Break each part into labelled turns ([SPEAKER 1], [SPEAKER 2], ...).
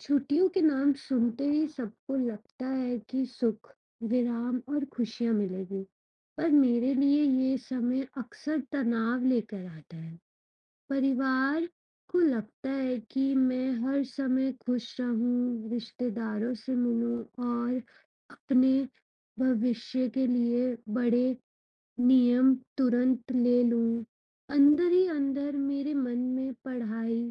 [SPEAKER 1] छुट्टियों के नाम सुनते ही सबको लगता है कि सुख, विराम और खुशियां मिलेगी। पर मेरे लिए ये समय अक्सर तनाव लेकर आता है। परिवार को लगता है कि मैं हर समय खुश रहूं, रिश्तेदारों से मिलूं और अपने भविष्य के लिए बड़े नियम तुरंत ले लूं। अंदर ही अंदर मेरे मन में पढ़ाई,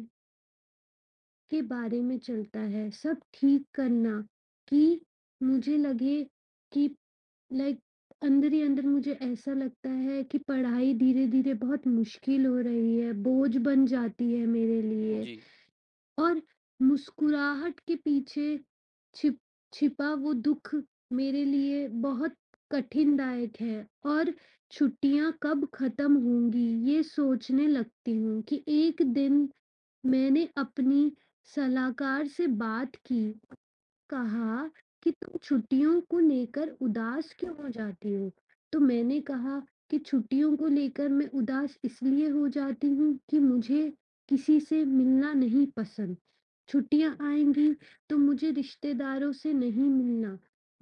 [SPEAKER 1] के बारे में चलता है, सब ठीक करना कि मुझे लगे कि लाइक अंदर ही अंदर मुझे ऐसा लगता है कि पढ़ाई धीरे-धीरे बहुत मुश्किल हो रही है, बोझ बन जाती है मेरे लिए
[SPEAKER 2] जी।
[SPEAKER 1] और मुस्कुराहट के पीछे छिप छिपा वो दुःख मेरे लिए बहुत कठिनदायक है और छुट्टियाँ कब खत्म होंगी, ये सोचने लगती हूँ कि एक दिन मैंने अपनी सलाहकार से बात की कहा कि तुम छुट्टियों को लेकर उदास क्यों हो जाती हो? तो मैंने कहा कि छुट्टियों को लेकर मैं उदास इसलिए हो जाती हूँ कि मुझे किसी से मिलना नहीं पसंद। छुट्टियाँ आएँगी तो मुझे रिश्तेदारों से नहीं मिलना,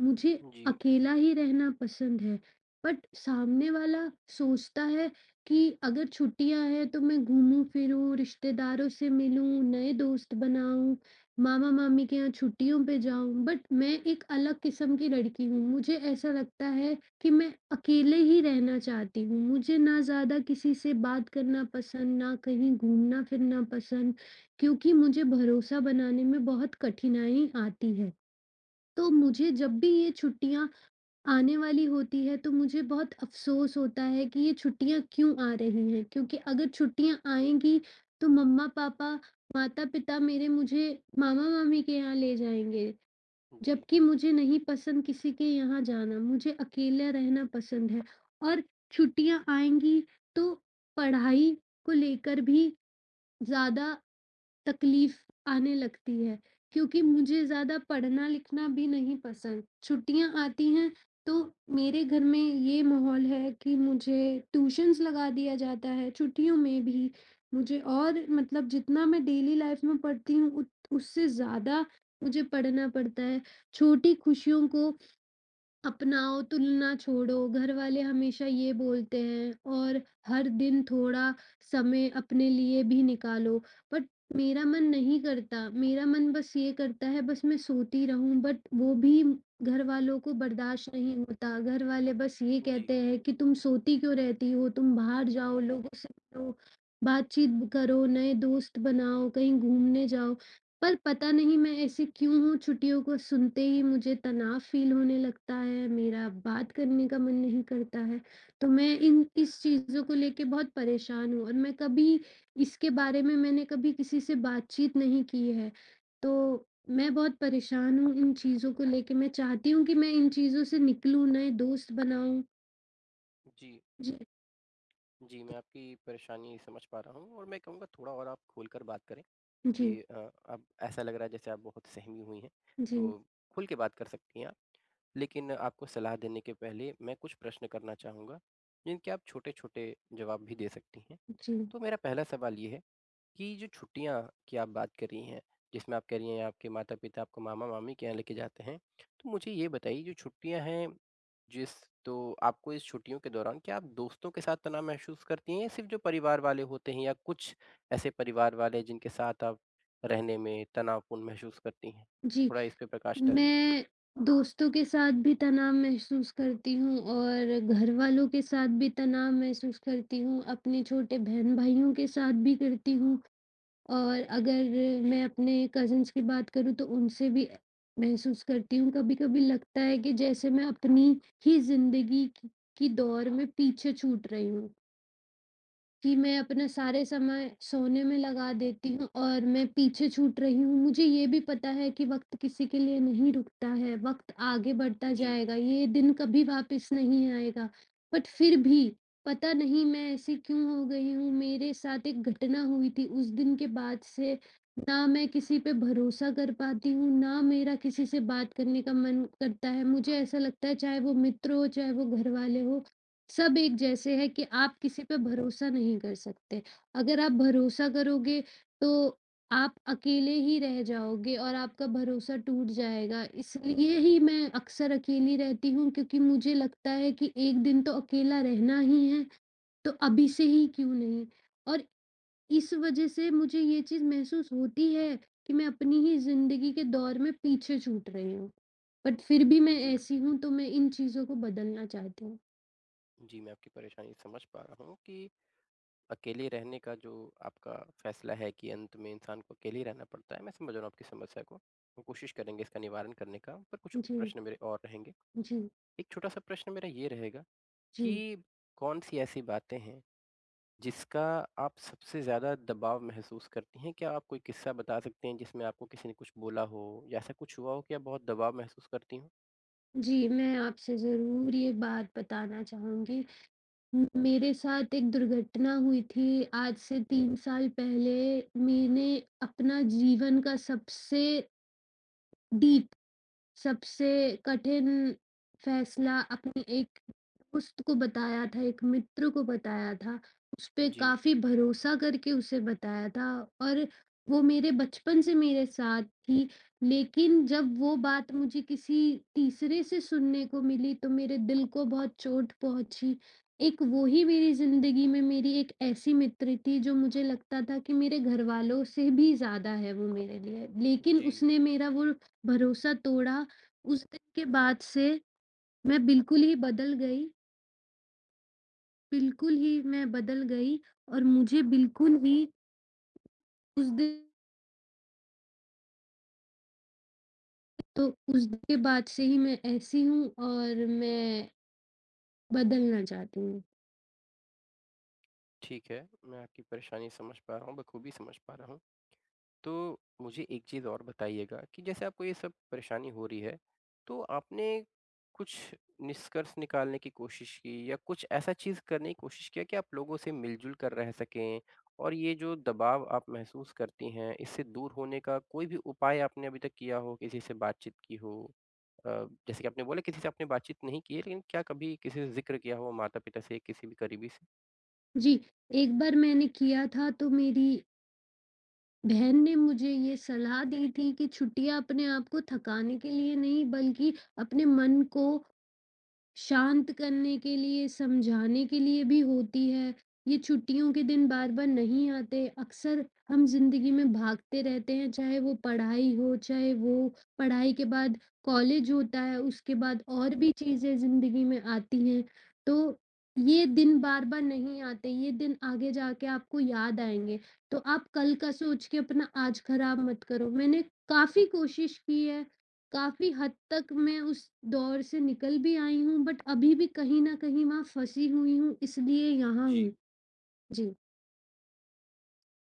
[SPEAKER 1] मुझे
[SPEAKER 2] जी।
[SPEAKER 1] अकेला ही रहना पसंद है। बट सामने वाला सोचता है कि अगर छुट्टियाँ हैं तो मैं घूमूँ फिरूँ, रिश्तेदारों से मिलूँ, नए दोस्त बनाऊँ। मामा-मामी के यहाँ छुट्टियों पे जाऊँ, बट मैं एक अलग किस्म की लड़की हूँ। मुझे ऐसा लगता है कि मैं अकेले ही रहना चाहती हूँ। मुझे ना ज़्यादा किसी से बात करना पसंद, ना कहीं घूमना-फिरना पसंद, क्योंकि मुझे भरोसा बनाने में बहुत कठिनाई आती है। तो मुझे जब भी ये छुट्टियाँ आने वाली होती है तो मुझे बहुत अफ़सोस होता है कि ये छुट्टियाँ क्यों आ रही हैं क्योंकि अगर छुट्टियाँ आएँगी तो मम्मा-पापा, माता-पिता मेरे मुझे मामा-मामी के यहाँ ले जाएँगे,
[SPEAKER 2] जी।
[SPEAKER 1] जबकि मुझे नहीं पसंद किसी के यहाँ जाना, मुझे अकेला रहना पसंद है और छुट्टियाँ आएँगी तो पढ़ाई को लेकर भी ज़्यादा तकलीफ आने लगती है क्योंकि मुझे ज़्यादा पढ़ना-लिखना भी नहीं पसंद। छुट्टियाँ आती हैं तो मेरे घर में ये माहौल है कि मुझे ट्यूशन्स लगा दिया जाता है छुट्टियों में भी। मुझे और मतलब जितना मैं डेली लाइफ में पढ़ती हूँ उत उससे ज़्यादा मुझे पढ़ना पड़ता है। छोटी खुशियों को अपनाओ, तुलना छोड़ो, घरवाले हमेशा ये बोलते हैं और हर दिन थोड़ा समय अपने लिए भी निकालो, बट मेरा मन नहीं करता, मेरा मन बस ये करता है बस मैं सोती रहूँ बट वो भी घरवालों को बर्दाश्त नहीं होता, घरवाले बस ये
[SPEAKER 2] जी।
[SPEAKER 1] कहते हैं कि तुम सोती क्यों रहती हो? तुम बाहर जाओ, लोगों से मिलो, बातचीत करो, नए दोस्त बनाओ, कहीं घूमने जाओ। पर पता नहीं मैं ऐसे क्यों हूँ, छुट्टियों को सुनते ही मुझे तनाव फ़ील होने लगता है, मेरा बात करने का मन नहीं करता है। तो मैं इन इस चीज़ों को लेके बहुत परेशान हूँ और मैं कभी इसके बारे में मैंने कभी किसी से बातचीत नहीं की है। तो मैं बहुत परेशान हूँ इन चीज़ों को लेके, मैं चाहती हूँ कि मैं इन चीज़ों से निकलूँ, नए दोस्त बनाऊँ।
[SPEAKER 2] जी।
[SPEAKER 1] जी,
[SPEAKER 2] जी। मैं आपकी परेशानी समझ पा रहा हूँ और मैं कहूँगा थोड़ा और आप खुलकर बात करें
[SPEAKER 1] जी,
[SPEAKER 2] क्योंकि अब ऐसा लग रहा है जैसे आप बहुत सहमी हुई हैं,
[SPEAKER 1] जी,
[SPEAKER 2] तो खुल के बात कर सकती हैं आप। लेकिन आपको सलाह देने के पहले मैं कुछ प्रश्न करना चाहूँगा, जिनके आप छोटे-छोटे जवाब भी दे सकती हैं।
[SPEAKER 1] जी,
[SPEAKER 2] तो मेरा पहला सवाल ये है कि जो छुट्टियाँ की आप बात कर रही हैं, जिसमें आप कह रही हैं आपके माता-पिता आपको मामा-मामी के यहाँ लेके जाते हैं, तो मुझे ये बताइए जो छुट्टियाँ हैं जिस तो आपको इस छुट्टियों के दौरान क्या आप दोस्तों के साथ तनाव महसूस करती हैं, या सिर्फ़ जो परिवार वाले होते हैं, या कुछ ऐसे परिवार वाले हैं जिनके साथ आप रहने में तनावपूर्ण महसूस करती हैं?
[SPEAKER 1] जी।
[SPEAKER 2] थोड़ा इस पे प्रकाश डालिए।
[SPEAKER 1] मैं दोस्तों के साथ भी तनाव महसूस करती हूँ और घरवालों के साथ भी तनाव महसूस करती हूँ, अपने छोटे बहन-भाइयों के साथ भी करती हूँ और अगर मैं अपने कज़िन्स की बात करूँ तो उनसे भी महसूस करती हूँ। कभी-कभी लगता है कि जैसे मैं अपनी ही ज़िंदगी की दौर में पीछे छूट रही हूँ। कि मैं अपना सारे समय सोने में लगा देती हूँ और मैं पीछे छूट रही हूँ। मुझे ये भी पता है कि वक़्त किसी के लिए नहीं रुकता है, वक़्त आगे बढ़ता
[SPEAKER 2] जी।
[SPEAKER 1] जाएगा, ये दिन कभी वापस नहीं आएगा। बट फिर भी पता नहीं मैं ऐसी क्यों हो गई हूँ, मेरे साथ एक घटना हुई थी, उस दिन के बाद से ना मैं किसी पे भरोसा कर पाती हूँ, ना मेरा किसी से बात करने का मन करता है। मुझे ऐसा लगता है चाहे वो मित्र हो, चाहे वो घरवाले हो, सब एक जैसे हैं कि आप किसी पे भरोसा नहीं कर सकते। अगर आप भरोसा करोगे तो आप अकेले ही रह जाओगे और आपका भरोसा टूट जाएगा। इसलिए ही मैं अक्सर अकेली रहती हूँ क्योंकि मुझे लगता है कि एक दिन तो अकेला रहना ही है, तो अभी से ही क्यों नहीं? और इस वज़ह से मुझे ये चीज़ महसूस होती है कि मैं अपनी ही ज़िंदगी के दौर में पीछे छूट रही हूँ। बट फिर भी मैं
[SPEAKER 2] जी।
[SPEAKER 1] ऐसी हूँ तो मैं इन चीज़ों को बदलना चाहती हूँ।
[SPEAKER 2] जी, मैं आपकी परेशानी समझ पा रहा हूँ कि अकेले रहने का जो आपका फैसला है कि अंत में इंसान को अकेले ही रहना पड़ता है, मैं समझ रहा हूँ आपकी समस्या को। हम कोशिश करेंगे इसका निवारण करने का, पर कुछ
[SPEAKER 1] जी,
[SPEAKER 2] प्रश्न मेरे और रहेंगे।
[SPEAKER 1] जी।
[SPEAKER 2] एक छोटा-सा प्रश्न मेरा ये रहेगा
[SPEAKER 1] जी।
[SPEAKER 2] कि कौन-सी ऐसी बातें हैं, जिसका आप सबसे ज़्यादा दबाव महसूस करती हैं? क्या आप कोई किस्सा बता सकते हैं जिसमें आपको किसी ने कुछ बोला हो या ऐसा कुछ हुआ हो कि आप बहुत दबाव महसूस करती हों?
[SPEAKER 1] जी, मैं आपसे ज़रूर ये बात बताना चाहूँगी। म मेरे साथ एक दुर्घटना हुई थी आज से 3 साल पहले। मैंने अपना जीवन का सबसे डीप सबसे कठिन फैसला अपने एक दोस्त को बताया था, एक मित्र को बताया था। उसपे
[SPEAKER 2] जी।
[SPEAKER 1] काफ़ी भरोसा करके उसे बताया था और वो मेरे बचपन से मेरे साथ थी, लेकिन जब वो बात मुझे किसी तीसरे से सुनने को मिली तो मेरे दिल को बहुत चोट पहुँची। एक वो ही मेरी ज़िंदगी में मेरी एक ऐसी मित्र थी जो मुझे लगता था कि मेरे घरवालों से भी ज़्यादा है वो मेरे लिए, लेकिन
[SPEAKER 2] जी।
[SPEAKER 1] उसने मेरा वो भरोसा तोड़ा उस दिन के बाद से मैं बिल्कुल ही बदल गई, बिल्कुल ही मैं बदल गई और मुझे बिल्कुल ही उस दिन तो उस दिन के बाद से ही मैं ऐसी हूँ और मैं बदलना चाहती हूँ।
[SPEAKER 2] ठीक है। मैं आपकी परेशानी समझ पा रहा हूँ, बखूबी समझ पा रहा हूँ। तो मुझे एक चीज़ और बताइएगा कि जैसे आपको ये सब परेशानी हो रही है, तो आपने कुछ निष्कर्ष निकालने की कोशिश की, या कुछ ऐसा चीज़ करने की कोशिश किया कि आप लोगों से मिलजुल कर रह सकें, और ये जो दबाव आप महसूस करती हैं, इससे दूर होने का कोई भी उपाय आपने अभी तक किया हो, किसी से बातचीत की हो? अ, जैसे कि आपने बोला किसी से आपने बातचीत नहीं की है, लेकिन क्या कभी किसी से ज़िक्र किया हो माता-पिता से, किसी भी करीबी से?
[SPEAKER 1] जी, एक बार मैंने किया था तो मेरी बहन ने मुझे ये सलाह दी थी कि छुट्टियाँ अपने आप को थकाने के लिए नहीं बल्कि अपने मन को शांत करने के लिए, समझाने के लिए भी होती है। ये छुट्टियों के दिन बार-बार नहीं आते। अक्सर हम ज़िंदगी में भागते रहते हैं, चाहे वो पढ़ाई हो, चाहे वो पढ़ाई के बाद कॉलेज होता है, उसके बाद और भी चीज़ें ज़िंदगी में आती हैं। तो ये दिन बार-बार नहीं आते, ये दिन आगे जाके आपको याद आएँगे। तो आप कल का सोच के अपना आज खराब मत करो। मैंने काफ़ी कोशिश की है काफ़ी हद तक मैं उस दौर से निकल भी आई हूँ बट अभी भी कहीं न कहीं वहाँ फँसी हुई हूँ इसलिए यहाँ
[SPEAKER 2] जी।
[SPEAKER 1] हूँ। जी,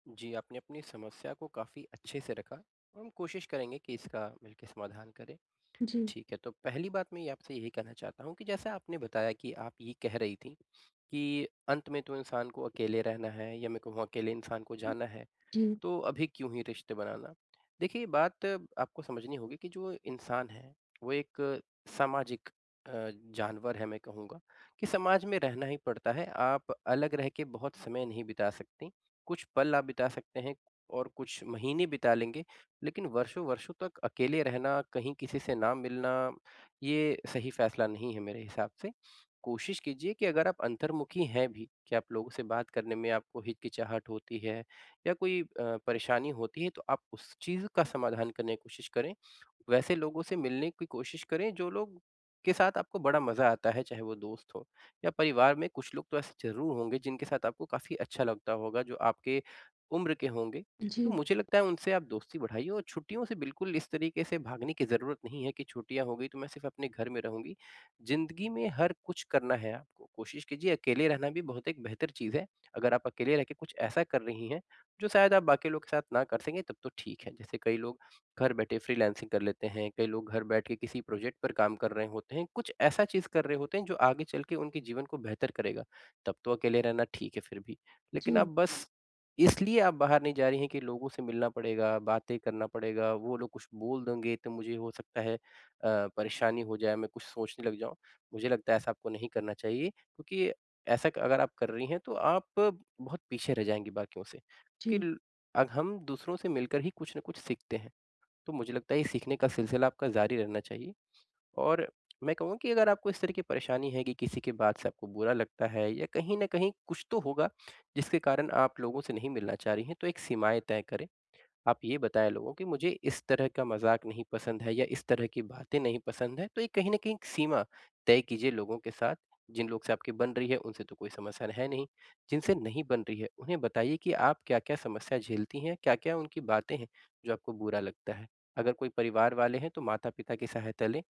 [SPEAKER 2] जी, आपने अपनी समस्या को काफ़ी अच्छे से रखा, और हम कोशिश करेंगे कि इसका मिलके समाधान करें।
[SPEAKER 1] जी,
[SPEAKER 2] ठीक है, तो पहली बात मैं ये आपसे यही कहना चाहता हूँ कि जैसा आपने बताया कि आप ये कह रही थीं कि अंत में तो इंसान को अकेले रहना है, या मेरे को वहाँ अकेले इंसान को जाना है।
[SPEAKER 1] जी,
[SPEAKER 2] तो अभी क्यों ही रिश्ते बनाना? देखिए, बात आपको समझनी होगी कि जो इंसान है, वो एक सामाजिक अ, जानवर है मैं कहूँगा, कि समाज में रहना ही पड़ता है। आप अलग रह के बहुत समय नहीं बिता सकतीं। कुछ पल आप बिता सकते हैं और कुछ महीने बिता लेंगे, लेकिन वर्षों-वर्षों तक अकेले रहना, कहीं किसी से ना मिलना, ये सही फैसला नहीं है मेरे हिसाब से। कोशिश कीजिए कि अगर आप अंतर्मुखी हैं भी, कि आप लोगों से बात करने में आपको हिचकिचाहट होती है या कोई परेशानी होती है, तो आप उस चीज़ का समाधान करने की कोशिश करें। वैसे लोगों से मिलने की कोशिश करें जो लोग के साथ आपको बड़ा मज़ा आता है, चाहे वो दोस्त हो या परिवार में कुछ लोग तो ऐसे ज़रूर होंगे जिनके साथ आपको काफ़ी अच्छा लगता होगा, जो आपके उम्र के होंगे। तो
[SPEAKER 1] जी,
[SPEAKER 2] मुझे लगता है उनसे आप दोस्ती बढ़ाइए, और छुट्टियों से बिल्कुल इस तरीके से भागने की ज़रूरत नहीं है कि छुट्टियाँ हो गई तो मैं सिर्फ़ अपने घर में रहूँगी। ज़िंदगी में हर कुछ करना है आपको, कोशिश कीजिए। अकेले रहना भी बहुत एक बेहतर चीज़ है। अगर आप अकेले रह के कुछ ऐसा कर रही हैं जो शायद आप बाकी लोग के साथ ना कर सकें, तब तो ठीक है। जैसे कई लोग घर बैठे फ्रीलांसिंग कर लेते हैं, कई लोग घर बैठ के किसी प्रोजेक्ट पर काम कर रहे होते हैं, कुछ ऐसा चीज़ कर रहे होते हैं जो आगे चल के उनके जीवन को बेहतर करेगा, तब तो अकेले रहना ठीक है फिर भी। लेकिन आप
[SPEAKER 1] जी,
[SPEAKER 2] बस इसलिए आप बाहर नहीं जा रही हैं कि लोगों से मिलना पड़ेगा, बातें करना पड़ेगा, वो लोग कुछ बोल देंगे तो मुझे हो सकता है परेशानी हो जाए, मैं कुछ सोचने लग जाऊँ। मुझे लगता है ऐसा आपको नहीं करना चाहिए, क्योंकि ऐसा अगर आप कर रही हैं तो आप बहुत पीछे रह जाएँगी बाकियों से। कि
[SPEAKER 1] जी।
[SPEAKER 2] ल अब हम दूसरों से मिलकर ही कुछ न कुछ सीखते हैं। तो मुझे लगता है ये सीखने का सिलसिला आपका जारी रहना चाहिए। और मैं कहूँगा कि अगर आपको इस तरह की परेशानी है कि किसी की बात से आपको बुरा लगता है, या कहीं न कहीं कुछ तो होगा जिसके कारण आप लोगों से नहीं मिलना चाह रही हैं, तो एक सीमाएँ तय करें। आप ये बताएँ लोगों कि मुझे इस तरह का मज़ाक नहीं पसंद है, या इस तरह की बातें नहीं पसंद है, तो ये कहीं न कहीं एक सीमा तय कीजिए लोगों के साथ। जिन लोग से आपकी बन रही है उनसे तो कोई समस्या है नहीं, जिनसे नहीं बन रही है उन्हें बताइए कि आप क्या-क्या समस्या झेलती हैं, क्या-क्या उनकी बातें हैं जो आपको बुरा लगता है। अगर कोई परिवार वाले हैं तो माता-पिता की सहायता लें,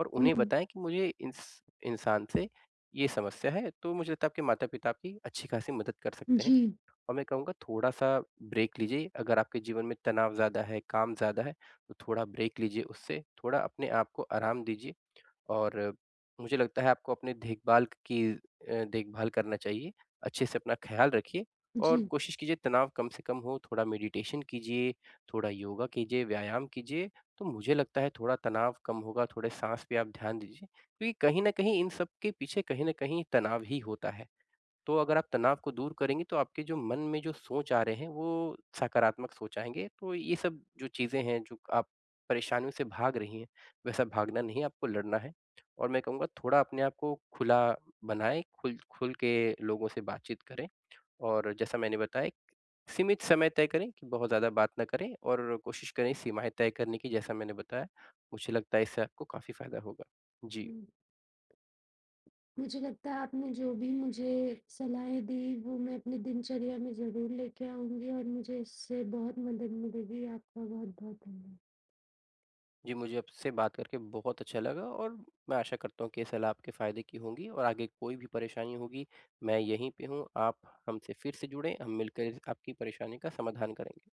[SPEAKER 2] और उन्हें
[SPEAKER 1] हुँ,
[SPEAKER 2] बताएँ कि मुझे इस इंसान से ये समस्या है, तो मुझे लगता है आपके माता-पिता आपकी अच्छी खासी मदद कर सकते हैं।
[SPEAKER 1] जी,
[SPEAKER 2] और मैं कहूँगा थोड़ा-सा ब्रेक लीजिए। अगर आपके जीवन में तनाव ज़्यादा है, काम ज़्यादा है, तो थोड़ा ब्रेक लीजिए उससे, थोड़ा अपने आप को आराम दीजिए। और मुझे लगता है आपको अपने देखभाल करना चाहिए, अच्छे से अपना ख़्याल रखिए। और
[SPEAKER 1] जी।
[SPEAKER 2] कोशिश कीजिए तनाव कम से कम हो, थोड़ा मेडिटेशन कीजिए, थोड़ा योगा कीजिए, व्यायाम कीजिए, तो मुझे लगता है थोड़ा तनाव कम होगा। थोड़े साँस पे आप ध्यान दीजिए, क्योंकि कहीं न कहीं इन सब के पीछे कहीं न कहीं तनाव ही होता है। तो अगर आप तनाव को दूर करेंगी तो आपके जो मन में जो सोच आ रहे हैं वो सकारात्मक सोच आएँगे। तो ये सब जो चीज़ें हैं जो आप परेशानियों से भाग रही हैं, वैसा भागना नहीं है, आपको लड़ना है। और मैं कहूँगा थोड़ा अपने आप को खुला बनाएँ, खुल खुल के लोगों से बातचीत करें, और जैसा मैंने बताया सीमित समय तय करें कि बहुत ज़्यादा बात ना करें, और कोशिश करें सीमाएँ तय करने की जैसा मैंने बताया। मुझे लगता है इससे आपको काफ़ी फ़ायदा होगा। जी।
[SPEAKER 1] हुँ, मुझे लगता है आपने जो भी मुझे सलाहें दी वो मैं अपनी दिनचर्या में ज़रूर लेके आऊँगी और मुझे इससे बहुत मदद मिलेगी। आपका बहुत-बहुत धन्यवाद।
[SPEAKER 2] जी, मुझे आपसे बात करके बहुत अच्छा लगा, और मैं आशा करता हूँ कि ये सलाह आपके फ़ायदे की होंगी, और आगे कोई भी परेशानी होगी, मैं यहीं पे हूँ। आप हमसे फिर से जुड़ें, हम मिलकर इस आपकी परेशानी का समाधान करेंगे।